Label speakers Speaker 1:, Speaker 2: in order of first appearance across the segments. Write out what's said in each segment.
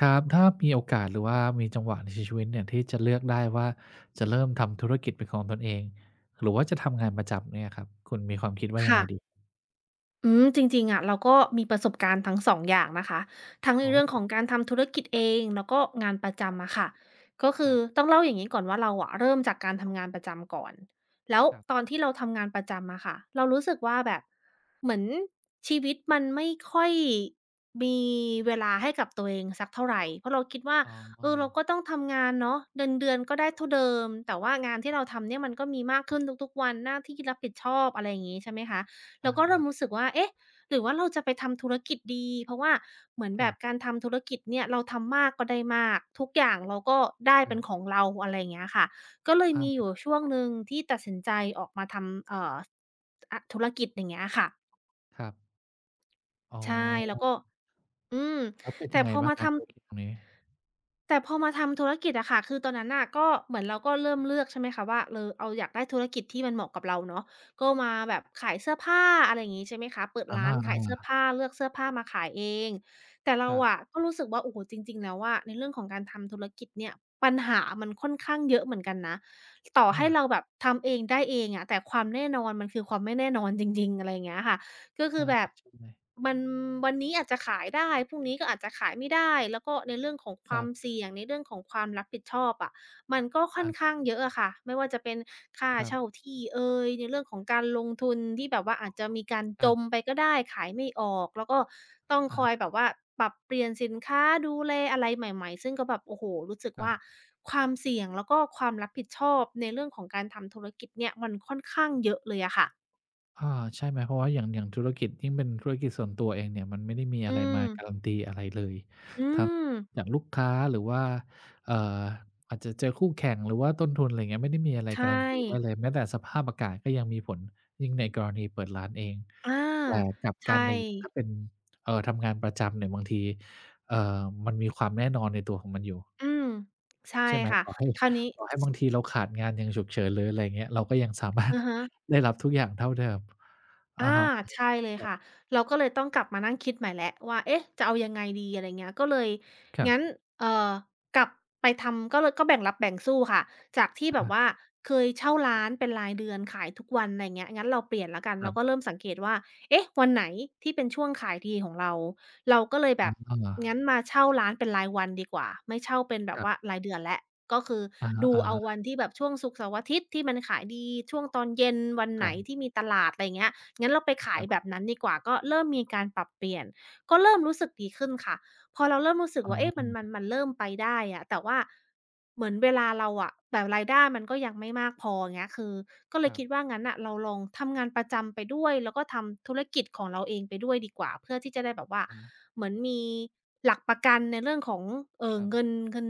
Speaker 1: ครับถ้ามีโอกาสหรือว่ามีจังหวะในชีวิตเนี่ยที่จะเลือกได้ว่าจะเริ่มทำธุรกิจเป็นของตนเองหรือว่าจะทำงานประจำเนี่ยครับคุณมีความคิดว่ายังไง
Speaker 2: ค่ะ
Speaker 1: ดี
Speaker 2: จริงๆอะเราก็มีประสบการณ์ทั้ง2องอย่างนะคะทั้งใน
Speaker 1: อ๋
Speaker 2: เรื่องของ
Speaker 1: อ
Speaker 2: การทำธุรกิจเองแล้วก็งานประจำอะค่ะก็
Speaker 1: ค
Speaker 2: คื
Speaker 1: รั
Speaker 2: อ
Speaker 1: บ
Speaker 2: ต้องเล่าอย่างงี้ก่อนว่าเราอะเริ่มจากการทำงานประจำก่อนแล้ว
Speaker 1: ครับ
Speaker 2: ตอนที่เราทำงานประจำอะค่ะเรารู้สึกว่าแบบเหมือนชีวิตมันไม่ค่อยมีเวลาให้กับตัวเองสักเท่าไรเพราะเราคิดว่าเอ
Speaker 1: อ๋
Speaker 2: อเรา
Speaker 1: อ
Speaker 2: ก็ต้องทำงานเนาะเงินเดือนก็ได้เท่าเดิมแต่ว่างานที่เราทำเนี่ยมันก็มีมากขึ้นทุกๆวันหน้าที่รับผิดชอบอะไรอย่างงี้ใช่ไหมคะ
Speaker 1: อ
Speaker 2: แล้วก็เริ่ม
Speaker 1: า
Speaker 2: รู้สึกว่า เอ๊ะหรือว่าเราจะไปทำธุรกิจดี เพราะว่าเหมือน
Speaker 1: ๆค
Speaker 2: แบ
Speaker 1: รับ
Speaker 2: บการทำธุรกิจเนี่ยเราทำมากก็ได้มากทุกอย่างเราก็ได้
Speaker 1: ครั
Speaker 2: เป็นข
Speaker 1: บ
Speaker 2: องเราอะไรอย่างเงี้ยค่ะก็เลยมีอ
Speaker 1: อา
Speaker 2: ยู่ช่วงหนึ่งที่ตัดสินใจออกมาทำอะธุรกิจอย่างเงี้ยค่ะ
Speaker 1: ครับอ๋
Speaker 2: ใช่แล้วก็
Speaker 1: อ
Speaker 2: อืม
Speaker 1: แล้วเป็น
Speaker 2: แต่
Speaker 1: ยังไง
Speaker 2: พอ
Speaker 1: บ้าง
Speaker 2: มา
Speaker 1: ครับ
Speaker 2: ทำ
Speaker 1: ธุรกิจตรงนี้
Speaker 2: แต่พอมาทำธุรกิจอะค่ะคือตอนนั้นน่ะก็เหมือนเราก็เริ่มเลือกใช่ไหมคะว่าเออเอาอยากได้ธุรกิจที่มันเหมาะกับเราเนาะก็มาแบบขายเสื้อผ้าอะไรอย่างงี้ใช่ไหมคะเปิด
Speaker 1: อะฮ
Speaker 2: ร้านขายเสื้อ
Speaker 1: ะ
Speaker 2: ผ้าเลือกเสื้อผ้ามาขายเองแต่
Speaker 1: ๆค
Speaker 2: เรา
Speaker 1: รับ
Speaker 2: อะก็รู้สึกว่าโอ้โฮจริงๆแล้วอะในเรื่องของการทำธุรกิจเนี่ยปัญหามันค่อนข้างเยอะเหมือนกันนะต่อ
Speaker 1: อา
Speaker 2: ให้เราแบบทำเองได้เองอะแต่ความแน่นอนมันคือความไม่แน่นอนจริงๆอะไรอย่างเงี้ยค่ะ ก็คื
Speaker 1: ใช่
Speaker 2: อแบบ
Speaker 1: ๆ
Speaker 2: มันวันนี้อาจจะขายได้พรุ่งนี้ก็อาจจะขายไม่ได้แล้วก็ในเรื่องของค
Speaker 1: ค
Speaker 2: วา
Speaker 1: รั
Speaker 2: ม
Speaker 1: บ
Speaker 2: เสี่ยงในเรื่องของความรับผิดชอบอะมันก็ค่อน
Speaker 1: อา
Speaker 2: ข้างเยอะอะค่ะไม่ว่าจะเป็นค่า
Speaker 1: ครั
Speaker 2: เช่า
Speaker 1: บ
Speaker 2: ที่เอยในเรื่องของการลงทุนที่แบบว่าอาจจะมีการจ
Speaker 1: อะ
Speaker 2: มไปก็ได้ขายไม่ออกแล้วก็ต้องคอยแบบว่าปรับเปลี่ยนสินค้าดูแลอะไรใหม่ๆซึ่งก็แบบโอ้โฮรู้สึก
Speaker 1: ครั
Speaker 2: ว่า
Speaker 1: บ
Speaker 2: ความเสี่ยงแล้วก็ความรับผิดชอบในเรื่องของการทำธุรกิจเนี่ยมันค่อนข้างเยอะเลยอะค่ะ
Speaker 1: อาใช่ไหมเพราะว่าอย่างธุรกิจยิ่งเป็นธุรกิจส่วนตัวเองเนี่ยมันไม่ได้มีอะ
Speaker 2: อื
Speaker 1: ไรมา
Speaker 2: ม
Speaker 1: การันตีอะไรเลย
Speaker 2: อื
Speaker 1: ทั้ง
Speaker 2: ม
Speaker 1: จากลูกค้าหรือว่าเอ่ออาจจะเจอคู่แข่งหรือว่าต้นทุนอะไรอย่างเงี้ยไม่ได้มีอะไร
Speaker 2: ใช่
Speaker 1: การันตีได้เลยแม้แต่สภาพอากาศก็ยังมีผลยิ่งในกรณีเปิดร้านเอง
Speaker 2: อา
Speaker 1: แต่กลับกั
Speaker 2: ใช่
Speaker 1: นในถ้าเป็นทำงานประจำเนี่ยบางทีมันมีความแน่นอนในตัวของมันอยู่
Speaker 2: อืมใช่
Speaker 1: ใช่ไหม
Speaker 2: ค่ะ
Speaker 1: ต่อให้
Speaker 2: คราวนี้
Speaker 1: บางทีเราขาดงานอย่างฉุกเฉินหรืออะไรเงี้ยเราก็ยังสามารถ
Speaker 2: อะฮะ
Speaker 1: ได้รับทุกอย่างเท่าเดิมอะ
Speaker 2: อา
Speaker 1: ฮะ
Speaker 2: ใช่เลยค่ะเราก็เลยต้องกลับมานั่งคิดใหม่แล้วว่าเอ๊ะจะเอายังไงดีอะไรเงี้ยก็เลย
Speaker 1: ครั
Speaker 2: งั้น
Speaker 1: บ
Speaker 2: เอ่อกลับไปทำก็เลยก็แบ่งรับแบ่งสู้ค่ะจากที่แบ
Speaker 1: ค
Speaker 2: บ
Speaker 1: รั
Speaker 2: ว่า
Speaker 1: บ
Speaker 2: เคยเช่าร้านเป็นรายเดือนขายทุกวันอะไรเงี้ยงั้นเราเปลี่ยนแล้วกัน
Speaker 1: อาครั
Speaker 2: เราก็
Speaker 1: บ
Speaker 2: เริ่มสังเกตว่าเอ๊ะวันไหนที่เป็นช่วงขายดีของเราเราก็เลยแบ
Speaker 1: อ๋
Speaker 2: บ
Speaker 1: อ
Speaker 2: งั้นมาเช่าร้านเป็นรายวันดีกว่าไม่เช่าเป็นแบ
Speaker 1: ค
Speaker 2: บ
Speaker 1: รั
Speaker 2: ว่า
Speaker 1: บ
Speaker 2: รายเดือนแล้วก็คือ
Speaker 1: อะฮ
Speaker 2: ดูเอา
Speaker 1: ะ
Speaker 2: วันที่แบบช่วงศุกร์เสาร์อาทิตย์ที่มันขายดีช่วงตอนเย็นวัน
Speaker 1: ๆค
Speaker 2: ไหน
Speaker 1: รับ
Speaker 2: ที่มีตลาดอะไรเงี้ย งั้นเราไป
Speaker 1: ค
Speaker 2: ขาย
Speaker 1: รั
Speaker 2: แบบ
Speaker 1: บ
Speaker 2: นั้นดีกว่าก็เริ่มมีการปรับเปลี่ยนก็เริ่มรู้สึกดีขึ้นค่ะพอเราเริ่มรู้สึก
Speaker 1: อ๋
Speaker 2: ว่าเอ๊ะมันมั
Speaker 1: อ
Speaker 2: นมันเริ่มไปได้อะแต่ว่าเหมือนเวลาเราอะแต่รายได้มันก็ยังไม่มากพออย่างเงี้ยคือก็เล
Speaker 1: ค
Speaker 2: ย
Speaker 1: รั
Speaker 2: คิดว่า
Speaker 1: บ
Speaker 2: งั้นน่ะเราลองทำงานประจำไปด้วยแล้วก็ทำธุรกิจของเราเองไปด้วยดีกว่าเพื่อที่จะได้แบบว่า
Speaker 1: อะฮะ
Speaker 2: เหมือนมีหลักประกันในเรื่องของ
Speaker 1: ครับ
Speaker 2: เงิน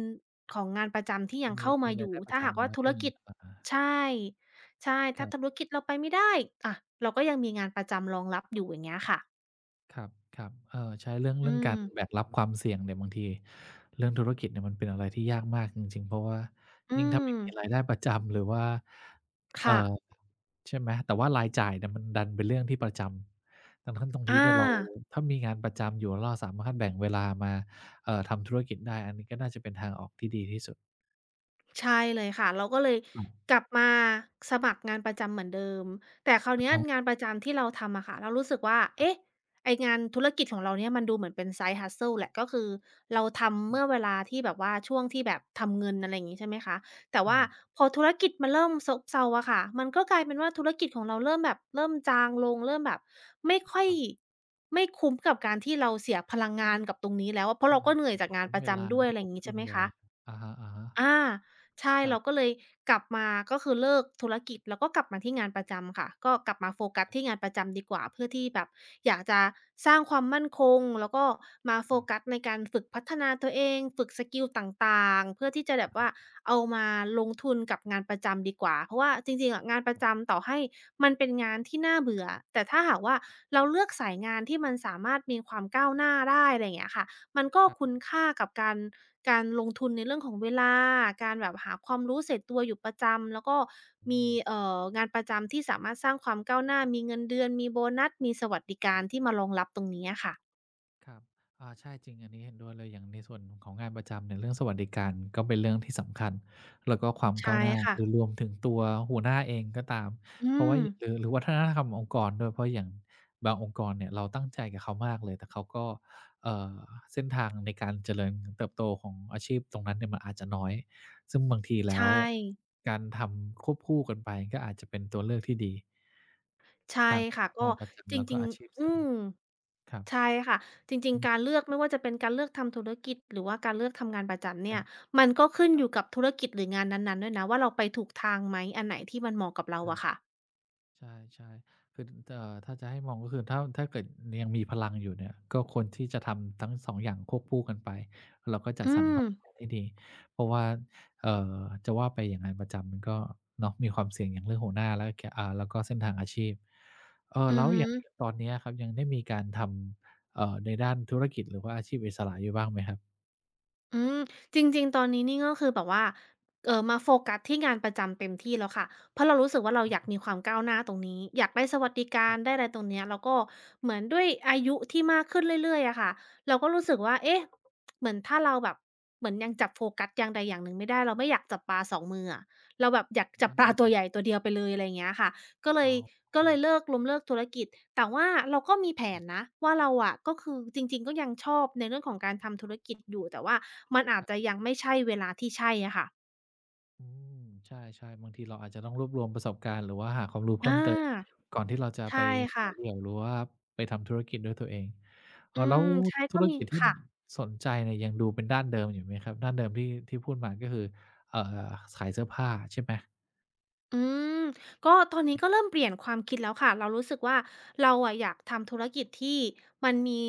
Speaker 2: ของงานประจำที่
Speaker 1: ก็
Speaker 2: ยัง
Speaker 1: มี
Speaker 2: เข้า
Speaker 1: มี
Speaker 2: มาอ
Speaker 1: ราย
Speaker 2: ยู่
Speaker 1: ได้ประ
Speaker 2: ถ้าหาก
Speaker 1: จำ
Speaker 2: ว่า
Speaker 1: เนาะ
Speaker 2: ธุร
Speaker 1: ที่
Speaker 2: กิจ
Speaker 1: อา
Speaker 2: ใช่ ใช่
Speaker 1: ครั
Speaker 2: ถ้าธุ
Speaker 1: บ
Speaker 2: รกิจเราไปไม่ได้อะเราก็ยังมีงานประจำรองรับอยู่อย่างเงี้ยค่ะ
Speaker 1: ครับครับใช้เรื่อง
Speaker 2: อื
Speaker 1: เรื่องการ
Speaker 2: ม
Speaker 1: แบกรับความเสี่ยงเนี่ยบางทีเรื่องธุรกิจเนี่ยมันเป็นอะไรที่ยากมากจริงๆเพราะว่า
Speaker 2: อื
Speaker 1: ยิ่งถ้าไม่
Speaker 2: ม
Speaker 1: มีรายได้ประจำหรือว่าเอ่
Speaker 2: ค่ะ
Speaker 1: อใช่ไหมแต่ว่ารายจ่ายเนี่ยมันดันเป็นเรื่องที่ประจำดังนั้นตรงนี้
Speaker 2: อา
Speaker 1: เนี่ยเราถ้ามีงานประจำอยู่แล้วเราสามารถแบ่งเวลามาทำธุรกิจได้อันนี้ก็น่าจะเป็นทางออกที่ดีที่สุด
Speaker 2: ใช่เลยค่ะเราก็เลย
Speaker 1: ครับ
Speaker 2: กลับมาสมัครงานประจำเหมือนเดิมแต่คราว
Speaker 1: อะ
Speaker 2: เนี้
Speaker 1: ฮ
Speaker 2: ย
Speaker 1: ะ
Speaker 2: งานประจำที่เราทำอะค่ะเรารู้สึกว่า
Speaker 1: ครั
Speaker 2: เอ๊ะ
Speaker 1: บ
Speaker 2: ไองานธุรกิจของเราเนี่ยมันดูเหมือนเป็น side hustle แหละก็คือเราทำ
Speaker 1: อื
Speaker 2: เมื่อ
Speaker 1: ม
Speaker 2: เวลาที่แบบว่าช่วงที่แบบทำเงินอะไรอย่างงี้ใช่ไหมคะแต่
Speaker 1: อา
Speaker 2: ว่าพอธุรกิจมันเริ่มซบเซาอะค่ะมันก็กลายเป็นว่าธุรกิจของเราเริ่มแบบเริ่มจางลงเริ่มแบบไม่ค่อ
Speaker 1: ค
Speaker 2: ย
Speaker 1: รับ
Speaker 2: ไม่คุ้มกับการที่เราเสียพลังงานกับตรงนี้แล้วอะเพราะเราก็
Speaker 1: อา
Speaker 2: เหนื่อย
Speaker 1: ๆ
Speaker 2: จาก
Speaker 1: ไม่
Speaker 2: งาน
Speaker 1: คุ้ม
Speaker 2: ประ
Speaker 1: เวลา
Speaker 2: จำด้วย
Speaker 1: ไม่
Speaker 2: อะไรอ
Speaker 1: คุ้ม
Speaker 2: ย่างงี้
Speaker 1: ทุ
Speaker 2: ใช่
Speaker 1: น
Speaker 2: ไหม
Speaker 1: เล
Speaker 2: คะ
Speaker 1: ยอะฮะ
Speaker 2: อาใช่
Speaker 1: ๆครั
Speaker 2: เรา
Speaker 1: บ
Speaker 2: ก็เลยกลับมาก็คือเลิกธุรกิจแล้วก็กลับมาที่งานประจำค่ะก็กลับมาโฟกัสที่งานประจำดีกว่าเพื่อที่แบบอยากจะสร้างความมั่นคงแล้วก็มา
Speaker 1: ๆ
Speaker 2: โฟ
Speaker 1: ครับ
Speaker 2: กัสในการฝึกพัฒนาตัวเองฝึกสกิลต่างๆเพื่อที่จะแบ
Speaker 1: อะ
Speaker 2: บ
Speaker 1: ฮะ
Speaker 2: ว่าเอามาลงทุนกับงานประจำดีกว่าเพราะว่าจริงๆอะงานประจำต่อให้มันเป็นงานที่น่าเบื่อแต่ถ้าหากว่าเราเลือกสายงานที่มันสามารถมีความก้าวหน้าได้อะไรอย่างเงี้ยค่ะ มันก็
Speaker 1: ครั
Speaker 2: คุ้ม
Speaker 1: บ
Speaker 2: ค่ากับการลงทุนในเรื่องของเวลาการแบบหาความรู้เสร็จตัวอยู่ประจำแล้วก็
Speaker 1: อื
Speaker 2: มี
Speaker 1: ม
Speaker 2: งานประจำที่สามารถสร้างความก้าวหน้ามีเงินเดือนมีโบนัสมีสวัสดิ
Speaker 1: ค
Speaker 2: กา
Speaker 1: รั
Speaker 2: รที่
Speaker 1: บ
Speaker 2: มารองรับตรงนี้อะค่ะ
Speaker 1: ครับอาใช่จริงอันนี้เห็นด้วยเลยอย่างในส่วนของงานประจำเนี่ยเรื่องสวัสดิการก็เป็นเรื่องที่สำคัญแล้วก็ความ
Speaker 2: ใช่
Speaker 1: ก้าวหน้า
Speaker 2: ค่ะ
Speaker 1: หรือรวมถึงตัวหัวหน้าเองก็ตาม
Speaker 2: อื
Speaker 1: เพราะว่า
Speaker 2: ม
Speaker 1: หรือวัฒนธรรมองค์กรด้วยเพราะอย่างบางองค์กรเนี่ยเราตั้งใจกับเขามากเลยแต่เขาก็เอ่อเส้นทางในการเจริญเติบโตของอาชีพตรงนั้นเนี่ยมันอาจจะน้อย ซึ่งบางที
Speaker 2: ใช
Speaker 1: แล้ว
Speaker 2: ่
Speaker 1: การทำควบคู่กันไปก็อาจจะเป็นตัวเลือกที่ดี
Speaker 2: ใช่
Speaker 1: ทั้ง
Speaker 2: ค่ะ
Speaker 1: ทั้ง
Speaker 2: ก็
Speaker 1: งานประ
Speaker 2: จ
Speaker 1: จำแล้วก็
Speaker 2: ริง
Speaker 1: อาชีพ
Speaker 2: ๆอื
Speaker 1: เสริม
Speaker 2: ม
Speaker 1: ครับ
Speaker 2: ใช่ค่ะจริง
Speaker 1: อืม
Speaker 2: ๆการเลือกไม่ว่าจะเป็นการเลือกทำธุรกิจหรือว่าการเลือกทำงานประจำ
Speaker 1: ค
Speaker 2: เนี่
Speaker 1: รั
Speaker 2: ย
Speaker 1: บ
Speaker 2: มันก็ขึ้น
Speaker 1: ครั
Speaker 2: อ
Speaker 1: บ
Speaker 2: ยู่กับธุรกิจหรืองานนั้นๆด้วยนะว่าเราไปถูกทางไหมอันไหนที่มันเหมาะกับเราอะค่ะ
Speaker 1: อาใช่ๆคือถ้าจะให้มองก็คือถ้าเกิดยังมีพลังอยู่เนี่ยก็ควรที่จะทำทั้งสองอย่างควบคู่กันไปเราก็จัด
Speaker 2: อื
Speaker 1: สรรพ
Speaker 2: ม
Speaker 1: ลังงานให้ดีเพราะว่าเอ่อจะว่าไปอย่างงานประจำมันก็เนาะมีความเสี่ยงอย่างเรื่องหัวหน้าแล้วกอ่าแล้วก็เส้นทางอาชีพ
Speaker 2: อื
Speaker 1: แล้
Speaker 2: อ
Speaker 1: วอ
Speaker 2: ฮึ
Speaker 1: ย่างอย่างตอนเนี้ยครับยังได้มีการทำในด้านธุรกิจหรือว่าอาชีพอิสระอยู่บ้างไหมครับ
Speaker 2: อืมจริงๆตอนนี้นี่ก็คือแบบว่ามาโฟกัสที่งานประจำเต็มที่แล้วค่ะเพราะเรารู้สึกว่าเราอยากมีความก้าวหน้าตรงนี้อยากได้สวัสดิ
Speaker 1: ค
Speaker 2: กา
Speaker 1: รั
Speaker 2: รได้
Speaker 1: บ
Speaker 2: อะไรตรงเนี้ยแล้วก็เหมือนด้วยอายุที่มากขึ้นเรื่อยๆอะค่ะเราก็รู้สึกว่าเอ๊ะเหมือนถ้าเราแบบเหมือนยังจับโฟกัสอย่างใดอย่างหนึ่งไม่ได้เราไม่อยากจับปลาสองมืออะเราแบบอยากจับปลาตัว
Speaker 1: อา
Speaker 2: ใหญ่ตัวเดียวไปเลยอะไรอย่างเงี้ยค่ะ ก็เล
Speaker 1: ๆอ๋
Speaker 2: ย
Speaker 1: อ
Speaker 2: ก็เลยเลิกล้มเลิกธุรกิจแต่ว่าเราก็มีแผนนะว่าเราอะก็คือจริงๆก็ยังชอบในเรื่องของการทำธุรกิจอยู่แต่ว่ามันอาจจะยังไม่ใช่เวลาที่ใช่อะค่ะ
Speaker 1: อืมใช่ๆบางทีเราอาจจะต้องรวบรวมประสบการณ์หรือว่าหาความรู้
Speaker 2: อ
Speaker 1: เพิ่มเติม
Speaker 2: า
Speaker 1: ก่อนที่เราจะไป
Speaker 2: ใช่ค่ะ
Speaker 1: ขายเดี่ยวหรือว่าไปทำธุรกิจด้วยตัวเองอ๋อ
Speaker 2: อื
Speaker 1: แล้ว
Speaker 2: มใช่
Speaker 1: ธุ
Speaker 2: ก็
Speaker 1: ร
Speaker 2: มี
Speaker 1: กิจที่
Speaker 2: ค่ะ
Speaker 1: สนใจเนี่ยยังดูเป็นด้านเดิมอยู่ไหมครับด้านเดิมที่ที่พูดมาก็คือเอ่อขายเสื้อผ้าใช่ไหม
Speaker 2: อืมก็ตอนนี้ก็เริ่มเปลี่ยนความคิดแล้วค่ะเรารู้สึกว่าเราอะอยากทำธุรกิจที่มันมี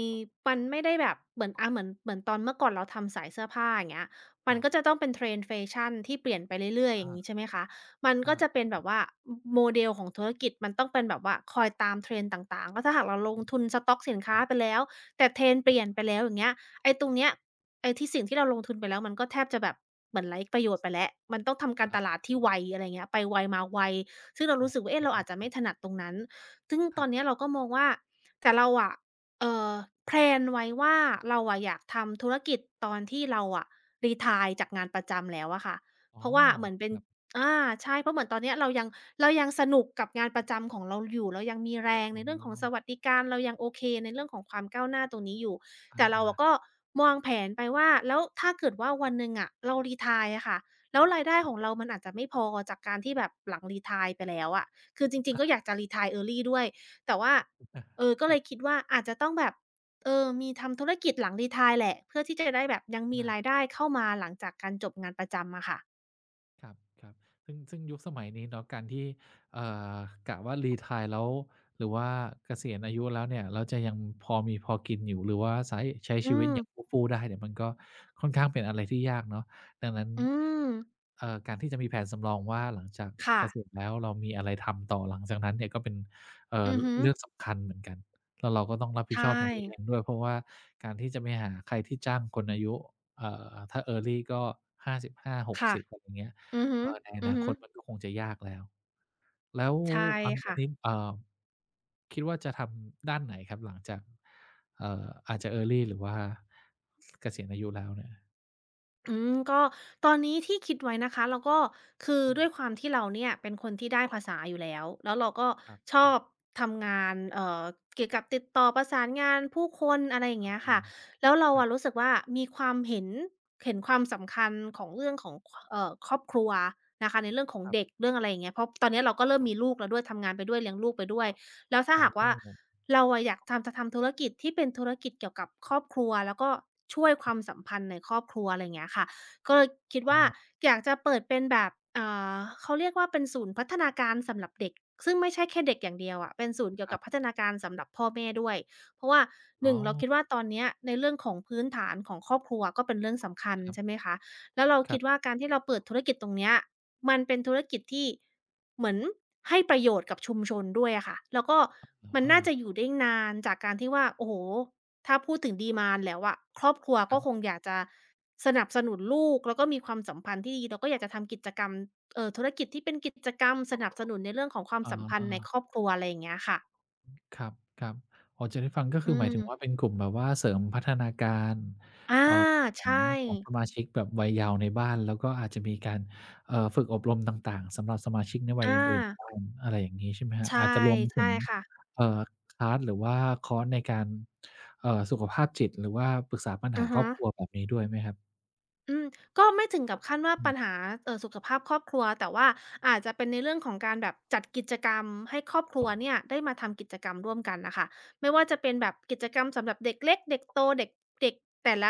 Speaker 2: มันไม่ได้แบบเหมือนอาเหมือนเหมือนตอนเมื่อก่อนเราทำสายเสื้อผ้าอย่างเงี้ย
Speaker 1: ค
Speaker 2: มัน
Speaker 1: รับ
Speaker 2: ก็จะต้องเป็น trend แฟชั่นที่เปลี่ยนไปเรื่อยๆอย่าง
Speaker 1: อา
Speaker 2: งี้ใช่ไหมคะมันก็
Speaker 1: อา
Speaker 2: จะเป็นแบบว่าอโมเดลของธุรกิจมันต้องเป็นแบบว่าคอยตาม trend ต่างๆแล้วถ้าหากเราลงทุนสต๊อกสิน
Speaker 1: ค
Speaker 2: ค้า
Speaker 1: รั
Speaker 2: ไป
Speaker 1: บ
Speaker 2: แล้วแต่ trend เปลี่ย
Speaker 1: อา
Speaker 2: นไปแล้วอย่างเงี้ยไอ้ตรงเนี้ย ไอ้ที่สิ่งที่เราลงทุนไปแล้วมันก็แทบจะแบบเหมือนไร้ประโยชน์ไปแล้วมันต้องทำการตลา
Speaker 1: อา
Speaker 2: ดที่ไวอะไรเงี้ยไปไวมาไวซึ่งเรา
Speaker 1: อ๋อ
Speaker 2: รู้สึกว่าเอ๊ะเราอาจจะไม่ถนัดตรงนั้นซึ่ง
Speaker 1: ค
Speaker 2: ต
Speaker 1: รั
Speaker 2: อ
Speaker 1: บ
Speaker 2: นเนี้ยเราก็มองว่าแต่เราอะเอ่อแพลนไว้ว่าเราอะอยากทำธุรกิจตอนที่เราอะรีไทร์จากงานประจำแล้วอะค่ะ
Speaker 1: อ๋อ
Speaker 2: เพราะว่าเหมือนเป็
Speaker 1: ค
Speaker 2: น
Speaker 1: รับ
Speaker 2: อาใช่เพราะเหมือนตอนเนี้ยเรายังสนุกกับงานประจำของเราอยู่เรายังมีแรง
Speaker 1: อ๋อ
Speaker 2: ในเรื่องของสวัสดิการเรายังโอเคในเรื่องของความก้าวหน้าตรงนี้อยู่ แต่เราอะ
Speaker 1: อา
Speaker 2: ก็มองแผนไปว่าแล้วถ้าเกิดว่าวันหนึ่งอะเรา retire อะค่ะแล้วรายได้ของเรามันอาจจะไม่พอจากการที่แบบหลัง retire ไปแล้วอะคือจริ
Speaker 1: ๆ
Speaker 2: ง
Speaker 1: อ
Speaker 2: ๆก็อ
Speaker 1: า
Speaker 2: ยากจะ retire early ด้วยแต่ว่าเออก็เลยคิดว่าอาจจะต้องแบบเออมีทำธุรกิจหลัง retire แหละเพื่อที่จะได้แบบยังมี
Speaker 1: ๆ
Speaker 2: รายได้เข้ามาหลังจากการจบงานประจำอะค่ะ
Speaker 1: ครับครับซึ่งยุคสมัยนี้เนาะการที่เอ่อกะว่ารีไทร์แล้วหรือว่าเกษียณอายุแล้วเนี่ยแล้วจะยังพอมีพอกินอยู่หรือว่าใช้
Speaker 2: อื
Speaker 1: ชีวิตอย่างฟู่
Speaker 2: ม
Speaker 1: ฟู่ได้เนี่ยมันก็ค่อนข้างเป็นอะไรที่ยากเนาะดังนั้น
Speaker 2: อืม
Speaker 1: การที่จะมีแผนสำรองว่าหลังจาก
Speaker 2: ค่ะ
Speaker 1: เกษียณแล้วเรามีอะไรทำต่อหลังจากนั้นเนี่ยก็เป็นเอ่อ
Speaker 2: อือฮึ
Speaker 1: เรื่องสำคัญเหมือนกันแล้วเราก็ต้องรับผิดช
Speaker 2: ใช่
Speaker 1: อบตรงนี้เองด้วยเพราะว่าการที่จะไปหาใครที่จ้างคนอายุถ้า early ก็55หก
Speaker 2: ค่ะ
Speaker 1: สิบอะไรอย่างเงี้ย
Speaker 2: อือฮึ
Speaker 1: ในอ
Speaker 2: อือ
Speaker 1: นาค
Speaker 2: ฮึ
Speaker 1: ตมันก็คงจะยากแล้ว แล้ว
Speaker 2: ใช่
Speaker 1: อัน
Speaker 2: ค่ะ
Speaker 1: นี้คิดว่าจะทำด้านไหนครับหลังจากอาจจะ Early หรือว่าเกษียณอายุแล้วเนี่ย
Speaker 2: อืมก็ตอนนี้ที่คิดไว้นะคะแล้วก็คือ
Speaker 1: อื
Speaker 2: ด้วยค
Speaker 1: ม
Speaker 2: วามที่เราเนี่ยเป็นคนที่ได้ภาษาอยู่แล้วแล้วเราก็ช
Speaker 1: ค
Speaker 2: อ
Speaker 1: รั
Speaker 2: บ
Speaker 1: บ
Speaker 2: ทำงานเกี่ยวกับติดต่อประสานงานผู้คนอะไรอย่างเงี้ย
Speaker 1: ๆ
Speaker 2: ค่ะ
Speaker 1: อา
Speaker 2: แล้วเราอะรู้สึกว่ามีความเห็นความสำคัญของเรื่องของครอบครัวนะคะในเรื่องของ
Speaker 1: ครั
Speaker 2: เด็ก
Speaker 1: บ
Speaker 2: เรื่องอะไรอย่างเงี้ยเพราะตอนเนี้ยเราก็เริ่มมีลูกแล้วด้วยทำงานไปด้วยเลี้ยงลูกไปด้วยแล้วถ้า
Speaker 1: โอ้
Speaker 2: หากว่า เราอะอยากทำจะทำธุรกิจที่เป็นธุรกิจเกี่ยวกับครอบครัวแล้วก็ช่วยค
Speaker 1: ค
Speaker 2: วา
Speaker 1: รับ
Speaker 2: มสัมพันธ์ในครอบครัวอะไรอย่างเงี้ยค่ะก็เลยคิด
Speaker 1: อ้
Speaker 2: ว่า
Speaker 1: อ
Speaker 2: อยากจะเปิดเป็นแบบอเขาเรียกว่าเป็นศูนย์พัฒนาการสำหรับเด็กซึ่งไม่ใช่แค่เด็กอย่างเดียวอะเป็นศูนย์เกี่
Speaker 1: ค
Speaker 2: ยว
Speaker 1: รั
Speaker 2: กับพั
Speaker 1: บ
Speaker 2: ฒนาการสำหรับพ่อแม่ด้วยเพราะว่าห
Speaker 1: อ๋
Speaker 2: นึ่
Speaker 1: อ
Speaker 2: งเราคิดว่าตอนเนี้ยในเรื่องของพื้นฐานของครอบครัวก็เป็นเรื่องสำคัญ
Speaker 1: ครับ
Speaker 2: ใช่ไหมคะแล้วเรา
Speaker 1: ครั
Speaker 2: คิดว่า
Speaker 1: บ
Speaker 2: การที่เราเปิดธุรกิจตรงเนี้ยมันเป็นธุรกิจที่ เหมือนให้ประโยชน์กับชุมชนด้วยอะค่ะ แล้วก็มัน
Speaker 1: อา
Speaker 2: น่าจะอยู่ได้นานจากการที่ว่าโอ้โฮถ้าพูดถึง demand แล้วอะครอบครัว
Speaker 1: ครั
Speaker 2: ก็คง
Speaker 1: บ
Speaker 2: อยากจะสนับสนุนลูกแล้วก็มีความสัมพันธ์ที่ดีแล้วก็อยากจะทำกิจกรรมธุรกิจที่เป็นกิจกรรมสนับสนุนในเรื่องของความ
Speaker 1: อ๋อ
Speaker 2: สัมพันธ์ในครอบครัวอะไรอย่างเงี้ยค่ะ
Speaker 1: ครับๆอ๋อจะได้ฟังก็
Speaker 2: อื
Speaker 1: คือหมายถึงว่าเป็
Speaker 2: ม
Speaker 1: นกลุ่มแบบว่าเสริมพัฒนาการ
Speaker 2: อา
Speaker 1: เอ่อของ
Speaker 2: ใช่
Speaker 1: ของสมาชิกแบบวัยเยาว์ในบ้านแล้วก็อาจจะมีการฝึกอบรมต่างๆสำหรับสมาชิกในวัย
Speaker 2: อา
Speaker 1: อื่นๆบ้างอะไรอย่างงี้ใช่ไหมครับ
Speaker 2: ใช่
Speaker 1: อาจจะรวมถึ
Speaker 2: ใช่
Speaker 1: ง
Speaker 2: ค่ะ
Speaker 1: เอ่อคลาสหรือว่าคอร์สในการสุขภาพจิตหรือว่าปรึกษาปัญหา
Speaker 2: อะ
Speaker 1: ครอ
Speaker 2: ฮะ
Speaker 1: บครัวแบบนี้ด้วยไหมครับ
Speaker 2: อืมก็ไม่ถึงกับขั้นว่า
Speaker 1: อื
Speaker 2: ปัญ
Speaker 1: ม
Speaker 2: หาสุขภาพครอบครัวแต่ว่าอาจจะเป็นในเรื่องของการแบบจัดกิจกรรมให้ครอบครัวเนี่ยได้มาทำกิจกรรมร่วมกันน่ะค่ะไม่ว่าจะเป็นแบบกิจกรรมสำหรับเด็กเล็กเด็กโตเด็กเด็กแต่ละ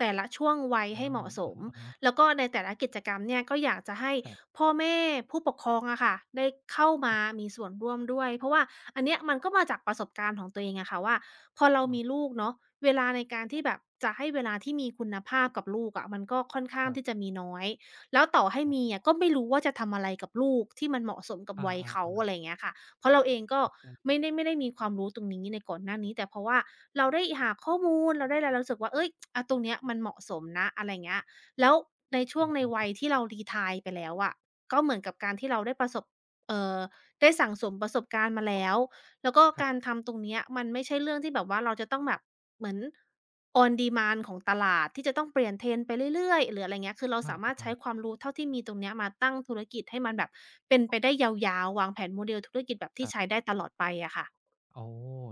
Speaker 2: แต่ละช่วงวัย
Speaker 1: อ๋อ
Speaker 2: ให้เหมาะสม
Speaker 1: อะฮะ
Speaker 2: แล้วก็ในแต่ละกิจกรรมเนี่ยก็อยากจะให้
Speaker 1: ครับ
Speaker 2: พ่อแม่ผู้ปกครองอะค่ะได้เข้ามามีส่วนร่วมด้วยเพราะว่าอันเนี้ยมันก็มาจากประสบการณ์ของตัวเองอะค่ะว่า พอเรา
Speaker 1: อ๋
Speaker 2: มี
Speaker 1: อ
Speaker 2: ลูกเนาะเวลาในการที่แบบจะให้เวลาที่มีคุณภาพกับลูกอะมันก็ค่อน
Speaker 1: ค
Speaker 2: ข้าง
Speaker 1: รั
Speaker 2: ที่
Speaker 1: บ
Speaker 2: จะมีน้อยแล้วต่อให้
Speaker 1: อ๋
Speaker 2: มี
Speaker 1: อ
Speaker 2: อะก็ไม่รู้ว่าจะทำอะไรกับลูกที่มันเหมาะสมกับ
Speaker 1: อ
Speaker 2: วัย
Speaker 1: า
Speaker 2: เขาอะไร
Speaker 1: ๆ
Speaker 2: อย่างเงี้ยค่ะเพราะเราเองก็
Speaker 1: เออใช่
Speaker 2: ไม่ได้มีความรู้ตรงนี้ในก่อนหน้านี้แต่เพราะว่าเราได้หาข้อมูลเราได้อะไรเรารู้สึกว่าเฮ้ยอาตรงเนี้ยมันเหมาะสมนะอะไรอย่างเงี้ยแล้วในช่ว
Speaker 1: อื
Speaker 2: ง
Speaker 1: อฮ
Speaker 2: ในวั
Speaker 1: ึ
Speaker 2: ยที่เรา retire ไปแล้วอะก็เหมือนกับการที่เราได้ประสบเอ่อได้สั่งสมประสบการณ์มาแล้ว แล้วก็
Speaker 1: ครั
Speaker 2: การ
Speaker 1: บ
Speaker 2: ทำตรงเนี้ยมันไม่ใช่เรื่องที่แบบว่าเราจะต้องแบบเหมือน on demand ของตลาดที่จะต้องเปลี่ยน trend ไปเรื่อยๆหรืออะไรเงี้ยคือเรา
Speaker 1: อ
Speaker 2: สามารถ
Speaker 1: า
Speaker 2: ใช้ค
Speaker 1: ๆๆ
Speaker 2: วามรู้เท่าที่มีตรงเนี้ยมาตั้งธุรกิจให้มันแบบเป็นไปได้ยาวๆวางแผนโมเดลธุรกิจแบบ
Speaker 1: ค
Speaker 2: ที่
Speaker 1: รั
Speaker 2: ใช้
Speaker 1: บ
Speaker 2: ได้ตลอดไปอะค่ะ
Speaker 1: โอ้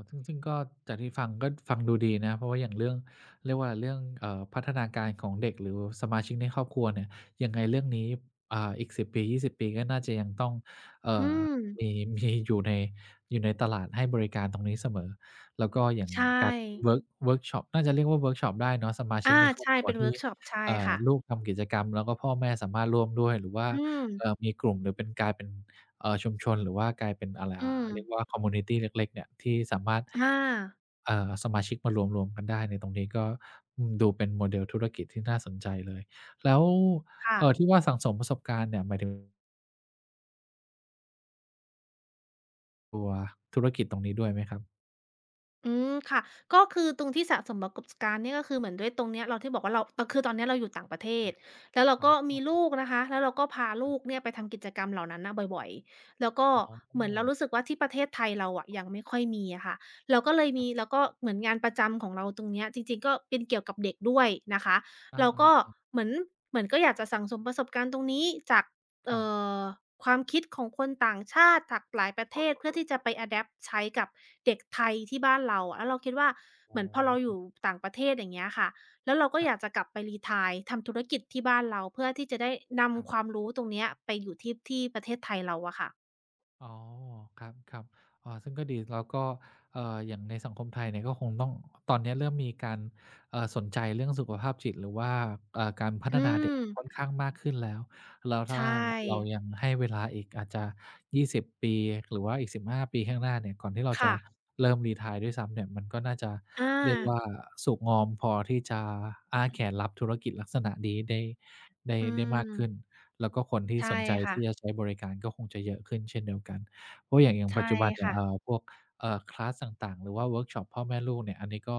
Speaker 1: ซึ่งก็จากที่ฟังก็ฟังดูดีนะ เพราะว่าอย่างเรื่องเรียกว่าอะไรเรื่องพัฒนาการของเด็กหรือสมาชิกในครอบครัวเนี่ยยังไงเรื่องนี้อ่าอีกสิบปี20 ปีก็น่าจะยังต้องเอ่
Speaker 2: อื
Speaker 1: อ
Speaker 2: ม
Speaker 1: มีมีอยู่ในตลาดให้บริการตรงนี้เสมอแล้วก็อย่าง
Speaker 2: ใช
Speaker 1: การ
Speaker 2: ่
Speaker 1: เวิร์กช็อปน่าจะเรียกว่าเวิร์กช็อปได้เนาะสมาชิก
Speaker 2: อา
Speaker 1: ในครอบ
Speaker 2: ใช่
Speaker 1: ครัว
Speaker 2: เป็นเวิ
Speaker 1: ที่
Speaker 2: ร์กช็อปใช่ค่ะ
Speaker 1: ลูกทำกิจกรรมแล้วก็พ่อแม่สามารถร่วมด้วยหรือว่า
Speaker 2: อืม
Speaker 1: มีกลุ่มหรือเป็นกลายเป็น ชุมชนหรือว่ากลายเป็นอะไร
Speaker 2: อื
Speaker 1: อ่า
Speaker 2: ม
Speaker 1: เรียกว่าคอมมิวนิตีเล็กๆเนี่ยที่สามารถ
Speaker 2: อา
Speaker 1: สมาชิกมารวมๆกันได้ในตรงนี้ก็อืมดูเป็นโมเดลธุรกิจที่น่าสนใจเลยแล้ว
Speaker 2: ค่ะ
Speaker 1: ที่ว่าสั่งสมประสบการณ์เนี่ยหมายถึงตัวธุรกิจตรงนี้ด้วยไหมครับ
Speaker 2: อืมค่ะก็คือตรงที่สะสมประสบการณ์เนี่ยก็คือเหมือนด้วยตรงเนี้ยเราที่บอกว่าเราคือตอนเนี้ยเราอยู่ต่างประเท
Speaker 1: ครั
Speaker 2: ศ
Speaker 1: บ
Speaker 2: แล้วเรา
Speaker 1: อ๋อ
Speaker 2: ก็มีลูกนะคะแล้วเราก็พา
Speaker 1: ครั
Speaker 2: ลูก
Speaker 1: บ
Speaker 2: เนี่ยไปทำกิจกรรมเหล่านั้นน่ะบ่อยๆแล้วก็
Speaker 1: อ๋
Speaker 2: เหมือนเรา
Speaker 1: อ
Speaker 2: รู้สึกว่าที่ประเทศไทยเราอะยังไม่ค่อยมีอะค่ะเราก็เลย
Speaker 1: ครั
Speaker 2: มีแล้
Speaker 1: บ
Speaker 2: วก็เหมือนงานประจำของเราตรงเนี้ยจริงๆก็เป็นเกี่ยวกับเด็กด้วยนะคะ
Speaker 1: อา
Speaker 2: เราก็
Speaker 1: ๆๆ
Speaker 2: เหมือนเหมือนก็อยากจะสั่งสมประสบการณ์ตรงนี้จาก
Speaker 1: ครั
Speaker 2: เอ่
Speaker 1: บ
Speaker 2: อความคิดของคนต่างชาติจากหลายประเทศเพื่อที่จะไป adapt ใช้กับเด็กไทยที่บ้านเราอะแล้วเราคิดว่า
Speaker 1: อ๋
Speaker 2: เห
Speaker 1: อ
Speaker 2: มือนพอเราอยู่ต่างประเทศอย่างเงี้ยค่ะแล้วเราก็
Speaker 1: ครั
Speaker 2: อ
Speaker 1: บ
Speaker 2: ยากจะกลับไป retire ทำธุรกิจที่บ้านเราเพื่อที่จะได้
Speaker 1: ครั
Speaker 2: นำความ
Speaker 1: บ
Speaker 2: รู้ตรงเนี้ยไปอยู่ที่ประเทศไทยเราอะค่ะ
Speaker 1: อ๋อครับครับอ๋อซึ่งก็ดีแล้วก็อย่างในสังคมไทยเนี่ยก็คงต้องตอนนี้เริ่มมีการสนใจเรื่องสุขภาพจิตหรือว่าการพัฒ
Speaker 2: อื
Speaker 1: นาเด็ก
Speaker 2: ม
Speaker 1: ค่อนข้างมากขึ้นแล้วแล้ว
Speaker 2: ใช
Speaker 1: ถ้าเรา
Speaker 2: ่
Speaker 1: ยังให้เวลาอีกอาจจะ20ปีหรือว่าอีก15ปีข้างหน้าเนี่ยก่อนที่เราจะ
Speaker 2: ค่ะ
Speaker 1: เริ่มรีไทยด้วยซ้ำเนี่ยมันก็น่าจะ
Speaker 2: อา
Speaker 1: เรียกว่าสุกงอมพอที่จะอ้าแขนรับธุรกิจลักษณะนี้ได้ ได้
Speaker 2: อื
Speaker 1: ได้มาก
Speaker 2: ม
Speaker 1: ขึ้นแล้วก็คนที่ส
Speaker 2: ใช่
Speaker 1: นใจ
Speaker 2: ค่ะ
Speaker 1: ที่จะใช้บริการก็คงจะเยอะขึ้นเช่นเดียวกันเพราะอย่างปัจ
Speaker 2: ใช่
Speaker 1: จุบันเนี่ย
Speaker 2: ค่ะ
Speaker 1: พวกคลาสต่างๆหรือว่าเวิร์กช็อปพ่อแม่ลูกเนี่ยอันนี้ก็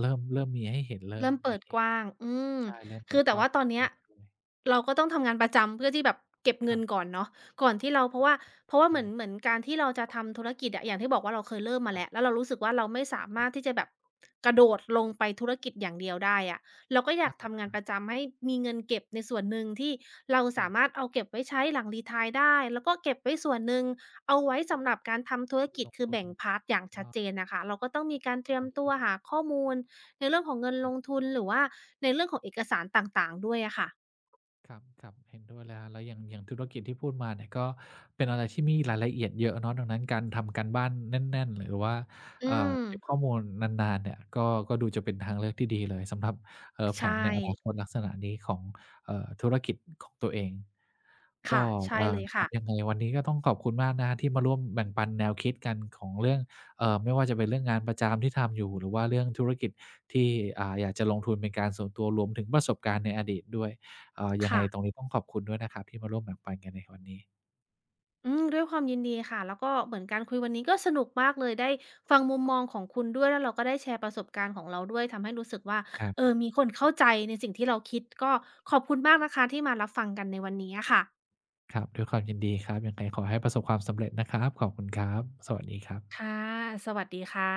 Speaker 1: เริ่มมีให้เห็นเริ่ม
Speaker 2: เริ่มเปิ
Speaker 1: มี
Speaker 2: ดกว้างอืม
Speaker 1: ใช่เริ่มเปิ
Speaker 2: คื
Speaker 1: ด
Speaker 2: อ
Speaker 1: ก
Speaker 2: แต่
Speaker 1: ว้าง
Speaker 2: ว่าตอ
Speaker 1: มา
Speaker 2: น
Speaker 1: ก
Speaker 2: เนี้
Speaker 1: ขึ้
Speaker 2: ย
Speaker 1: นแล้วด้วย
Speaker 2: เราก็ต้องทำงานประจำเพื่อที่แบบเก็บ
Speaker 1: ค
Speaker 2: เงิ
Speaker 1: รั
Speaker 2: นก่
Speaker 1: บ
Speaker 2: อนเนาะก่อนที่เราเพราะว่าเห
Speaker 1: ใช่
Speaker 2: มือนเหมือนการที่เราจะทำธุรกิจอะอย่างที่บอกว่าเราเคยเริ่มมา
Speaker 1: ครั
Speaker 2: แล้วแล้
Speaker 1: บ
Speaker 2: วเรารู้สึกว่าเราไม่สา
Speaker 1: ๆ
Speaker 2: มารถที่จะแบบกระโดดลงไปธุรกิจอย่างเดียวได้อะเราก็อยาก
Speaker 1: อา
Speaker 2: ทำงานประจำให้มีเงินเก็บในส่วนหนึ่งที่เรา
Speaker 1: ครั
Speaker 2: สา
Speaker 1: บ
Speaker 2: มารถเอาเก็บไว้ใช้หลัง retire ได้แล้วก็เก็บไว้ส่วนหนึ่งเอาไว้สำหรับการทำธุรกิ
Speaker 1: ล
Speaker 2: จ
Speaker 1: ง
Speaker 2: คือ
Speaker 1: ทุน
Speaker 2: แบ่งพาร์ตอย่างชัด
Speaker 1: ก็
Speaker 2: เจนน่ะค่ะเราก็ต้องมีการเตรีย
Speaker 1: อ๋
Speaker 2: ม
Speaker 1: อค
Speaker 2: ตัว
Speaker 1: รับ
Speaker 2: หาข้อมูล ในเรื่องของเงินลงทุนหรือว่าในเรื่องของเอกสารต่างๆด้วยอะค่ะ
Speaker 1: ครับครับเห็นด้วยแล้วฮะแล้วอย่างธุรกิจที่พูดมาเนี่ยก็เป็นอะไรที่มีรายละเอียดเยอะเนาะดังนั้นการทำการบ้านแน่นๆหรือว่า
Speaker 2: อืม
Speaker 1: เก็บข้อมูลนานๆเนี่ยก็ก็ดูจะเป็นทางเลือกที่ดีเลยสำหรับแผ
Speaker 2: ใช่
Speaker 1: นในอนาคตลักษณะนี้ของธุรกิจของตัวเองก็
Speaker 2: ค่ะ ใช่เลย
Speaker 1: ครั
Speaker 2: ค่ะ
Speaker 1: บยังไงวันนี้ก็ต้องขอบคุณมากนะฮะที่มาร่วมแบ่งปันแนวคิดกันของเรื่องไม่ว่าจะเป็นเรื่องงานประจำที่ทำอยู่หรือว่าเรื่องธุรกิจที่อ่าอยากจะลงทุนเป็นการส่วนตัวรวมถึงประสบการณ์ในอดีตด้วย ยังไง
Speaker 2: ค่ะ
Speaker 1: ตรงนี้ต้องขอบคุณด้วยนะครับที่มาร่วมแบ่งปันกันในวันนี้
Speaker 2: อืมด้วยความยินดีค่ะ แล้วก็เหมือนการคุยวันนี้ก็สนุกมากเลยได้ฟังมุมมองของคุณด้วยแล้วเราก็ได้แชร์ประสบการณ์ของเราด้วยทำให้รู้สึกว่า
Speaker 1: ครั
Speaker 2: เออ
Speaker 1: บ
Speaker 2: มีคนเข้าใจในสิ่งที่เราคิดก็ขอบคุณมากนะคะที่มารับฟังกันในวันนี้อะค่ะ
Speaker 1: ครับด้วยความยินดีครับยังไงขอให้ประสบความสำเร็จนะครับขอบคุณครับสวัสดีครับ
Speaker 2: ค่ะสวัสดีค่ะ